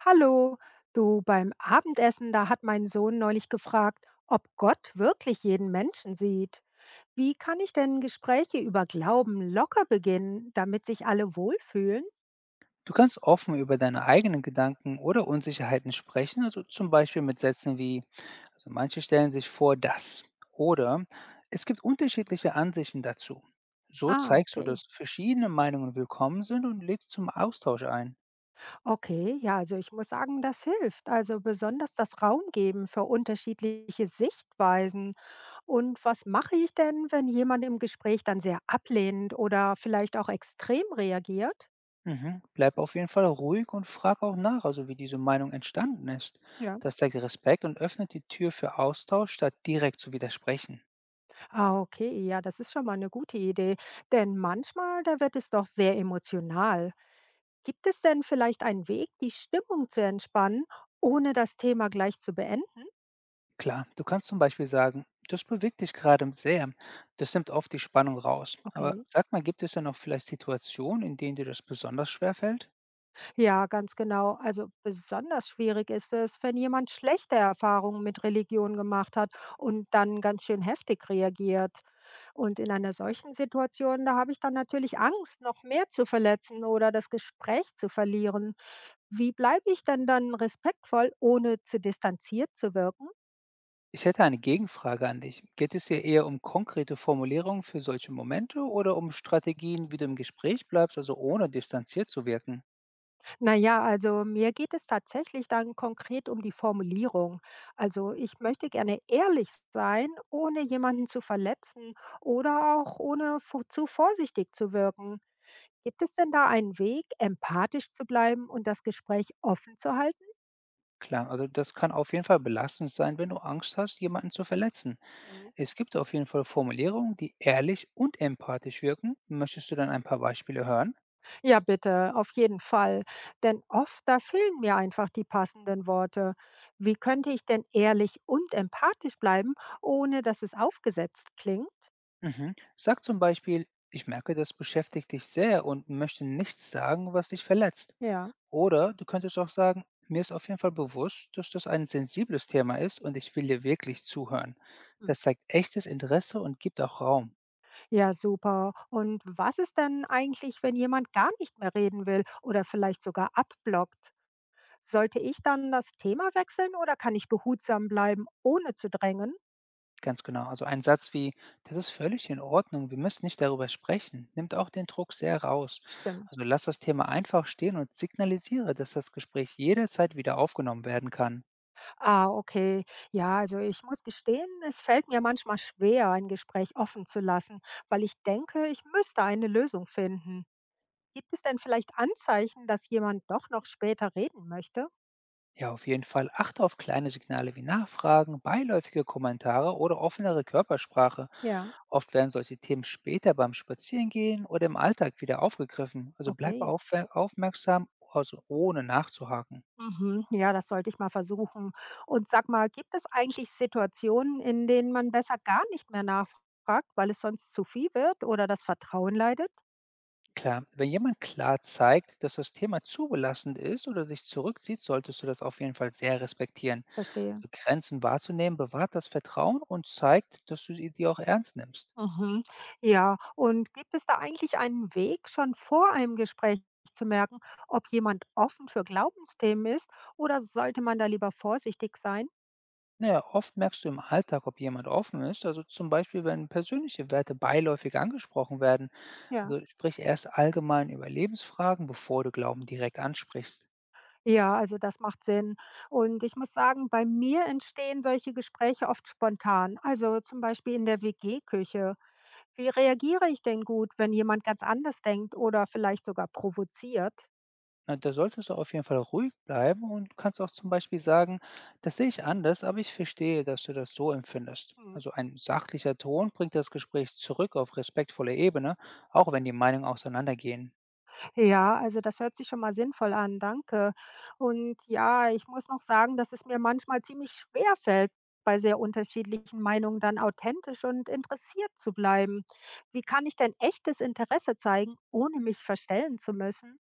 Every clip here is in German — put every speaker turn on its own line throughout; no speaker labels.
Hallo, du beim Abendessen, da hat mein Sohn neulich gefragt, ob Gott wirklich jeden Menschen sieht. Wie kann ich denn Gespräche über Glauben locker beginnen, damit sich alle wohlfühlen?
Du kannst offen über deine eigenen Gedanken oder Unsicherheiten sprechen, also zum Beispiel mit Sätzen wie, also manche stellen sich vor das oder es gibt unterschiedliche Ansichten dazu. So
Ah,
zeigst du,
okay.
dass verschiedene Meinungen willkommen sind und lädst zum Austausch ein.
Okay, ja, also ich muss sagen, das hilft. Also besonders das Raum geben für unterschiedliche Sichtweisen. Und was mache ich denn, wenn jemand im Gespräch dann sehr ablehnend oder vielleicht auch extrem reagiert?
Mhm. Bleib auf jeden Fall ruhig und frag auch nach, also wie diese Meinung entstanden ist.
Ja.
Das zeigt Respekt und öffnet die Tür für Austausch, statt direkt zu widersprechen.
Ah, okay, ja, das ist schon mal eine gute Idee. Denn manchmal, da wird es doch sehr emotional. Gibt es denn vielleicht einen Weg, die Stimmung zu entspannen, ohne das Thema gleich zu beenden?
Klar, du kannst zum Beispiel sagen, das bewegt dich gerade sehr. Das nimmt oft die Spannung raus. Aber
Okay.
sag mal, gibt es denn noch vielleicht Situationen, in denen dir das besonders schwer fällt?
Ja, ganz genau. Also besonders schwierig ist es, wenn jemand schlechte Erfahrungen mit Religion gemacht hat und dann ganz schön heftig reagiert. Und in einer solchen Situation, da habe ich dann natürlich Angst, noch mehr zu verletzen oder das Gespräch zu verlieren. Wie bleibe ich denn dann respektvoll, ohne zu distanziert zu wirken?
Ich hätte eine Gegenfrage an dich. Geht es hier eher um konkrete Formulierungen für solche Momente oder um Strategien, wie du im Gespräch bleibst, also ohne distanziert zu wirken?
Na ja, also mir geht es tatsächlich dann konkret um die Formulierung. Also ich möchte gerne ehrlich sein, ohne jemanden zu verletzen oder auch ohne zu vorsichtig zu wirken. Gibt es denn da einen Weg, empathisch zu bleiben und das Gespräch offen zu halten?
Klar, also das kann auf jeden Fall belastend sein, wenn du Angst hast, jemanden zu verletzen. Es gibt auf jeden Fall Formulierungen, die ehrlich und empathisch wirken. Möchtest du dann ein paar Beispiele hören?
Ja, bitte, auf jeden Fall. Denn oft, da fehlen mir einfach die passenden Worte. Wie könnte ich denn ehrlich und empathisch bleiben, ohne dass es aufgesetzt klingt?
Mhm. Sag zum Beispiel, ich merke, das beschäftigt dich sehr und möchte nichts sagen, was dich verletzt.
Ja.
Oder du könntest auch sagen, mir ist auf jeden Fall bewusst, dass das ein sensibles Thema ist und ich will dir wirklich zuhören.
Hm.
Das zeigt echtes Interesse und gibt auch Raum.
Ja, super. Und was ist denn eigentlich, wenn jemand gar nicht mehr reden will oder vielleicht sogar abblockt? Sollte ich dann das Thema wechseln oder kann ich behutsam bleiben, ohne zu drängen?
Ganz genau. Also ein Satz wie, das ist völlig in Ordnung, wir müssen nicht darüber sprechen, nimmt auch den Druck sehr raus.
Stimmt.
Also lass das Thema einfach stehen und signalisiere, dass das Gespräch jederzeit wieder aufgenommen werden kann.
Ah, okay. Ja, also ich muss gestehen, es fällt mir manchmal schwer, ein Gespräch offen zu lassen, weil ich denke, ich müsste eine Lösung finden. Gibt es denn vielleicht Anzeichen, dass jemand doch noch später reden möchte?
Ja, auf jeden Fall. Achte auf kleine Signale wie Nachfragen, beiläufige Kommentare oder offenere Körpersprache.
Ja,
Oft werden solche Themen später beim Spazierengehen oder im Alltag wieder aufgegriffen. Also bleib
okay.
aufmerksam, also ohne nachzuhaken.
Mhm. Ja, das sollte ich mal versuchen. Und sag mal, gibt es eigentlich Situationen, in denen man besser gar nicht mehr nachfragt, weil es sonst zu viel wird oder das Vertrauen leidet?
Klar, wenn jemand klar zeigt, dass das Thema zu belastend ist oder sich zurückzieht, solltest du das auf jeden Fall sehr respektieren.
Verstehe.
Also Grenzen wahrzunehmen, bewahrt das Vertrauen und zeigt, dass du sie dir auch ernst nimmst.
Mhm. Ja, und gibt es da eigentlich einen Weg, schon vor einem Gespräch zu merken, ob jemand offen für Glaubensthemen ist oder sollte man da lieber vorsichtig sein?
Naja, oft merkst du im Alltag, ob jemand offen ist. Also zum Beispiel, wenn persönliche Werte beiläufig angesprochen werden.
Ja.
Also sprich erst allgemein über Lebensfragen, bevor du Glauben direkt ansprichst.
Ja, also das macht Sinn. Und ich muss sagen, bei mir entstehen solche Gespräche oft spontan. Also zum Beispiel in der WG-Küche. Wie reagiere ich denn gut, wenn jemand ganz anders denkt oder vielleicht sogar provoziert?
Na, da solltest du auf jeden Fall ruhig bleiben und kannst auch zum Beispiel sagen, das sehe ich anders, aber ich verstehe, dass du das so empfindest.
Mhm.
Also ein sachlicher Ton bringt das Gespräch zurück auf respektvolle Ebene, auch wenn die Meinungen auseinandergehen.
Ja, also das hört sich schon mal sinnvoll an, danke. Und ja, ich muss noch sagen, dass es mir manchmal ziemlich schwer fällt, bei sehr unterschiedlichen Meinungen dann authentisch und interessiert zu bleiben. Wie kann ich denn echtes Interesse zeigen, ohne mich verstellen zu müssen?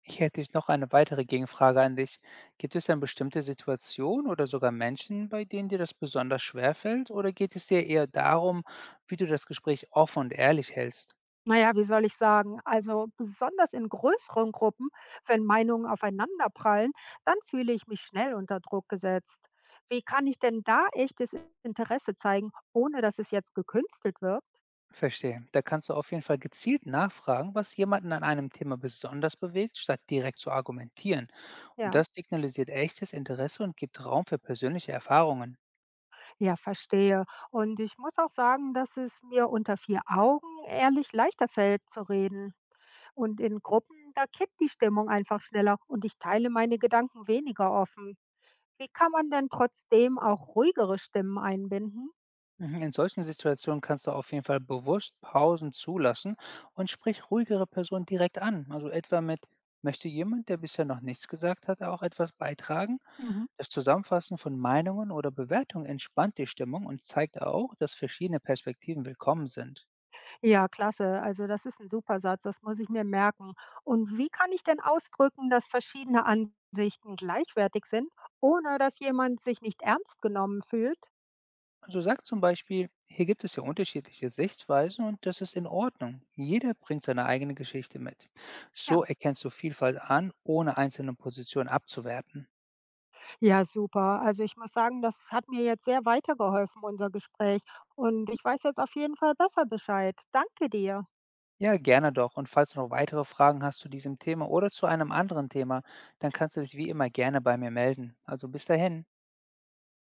Hier hätte ich noch eine weitere Gegenfrage an dich. Gibt es denn bestimmte Situationen oder sogar Menschen, bei denen dir das besonders schwer fällt? Oder geht es dir eher darum, wie du das Gespräch offen und ehrlich hältst?
Naja, wie soll ich sagen? Also besonders in größeren Gruppen, wenn Meinungen aufeinanderprallen, dann fühle ich mich schnell unter Druck gesetzt. Wie kann ich denn da echtes Interesse zeigen, ohne dass es jetzt gekünstelt wird?
Verstehe. Da kannst du auf jeden Fall gezielt nachfragen, was jemanden an einem Thema besonders bewegt, statt direkt zu argumentieren. Und
Ja.
das signalisiert echtes Interesse und gibt Raum für persönliche Erfahrungen.
Ja, verstehe. Und ich muss auch sagen, dass es mir unter vier Augen ehrlich leichter fällt zu reden. Und in Gruppen, da kippt die Stimmung einfach schneller und ich teile meine Gedanken weniger offen. Wie kann man denn trotzdem auch ruhigere Stimmen einbinden?
Mhm, in solchen Situationen kannst du auf jeden Fall bewusst Pausen zulassen und sprich ruhigere Personen direkt an. Also etwa mit, möchte jemand, der bisher noch nichts gesagt hat, auch etwas beitragen?
Mhm.
Das Zusammenfassen von Meinungen oder Bewertungen entspannt die Stimmung und zeigt auch, dass verschiedene Perspektiven willkommen sind.
Ja, klasse. Also das ist ein super Satz, das muss ich mir merken. Und wie kann ich denn ausdrücken, dass verschiedene Ansichten gleichwertig sind, ohne dass jemand sich nicht ernst genommen fühlt?
Also sag zum Beispiel, hier gibt es ja unterschiedliche Sichtweisen und das ist in Ordnung. Jeder bringt seine eigene Geschichte mit. So
Ja.
erkennst du Vielfalt an, ohne einzelne Positionen abzuwerten.
Ja, super. Also ich muss sagen, das hat mir jetzt sehr weitergeholfen, unser Gespräch. Und ich weiß jetzt auf jeden Fall besser Bescheid. Danke dir.
Ja, gerne doch. Und falls du noch weitere Fragen hast zu diesem Thema oder zu einem anderen Thema, dann kannst du dich wie immer gerne bei mir melden. Also bis dahin.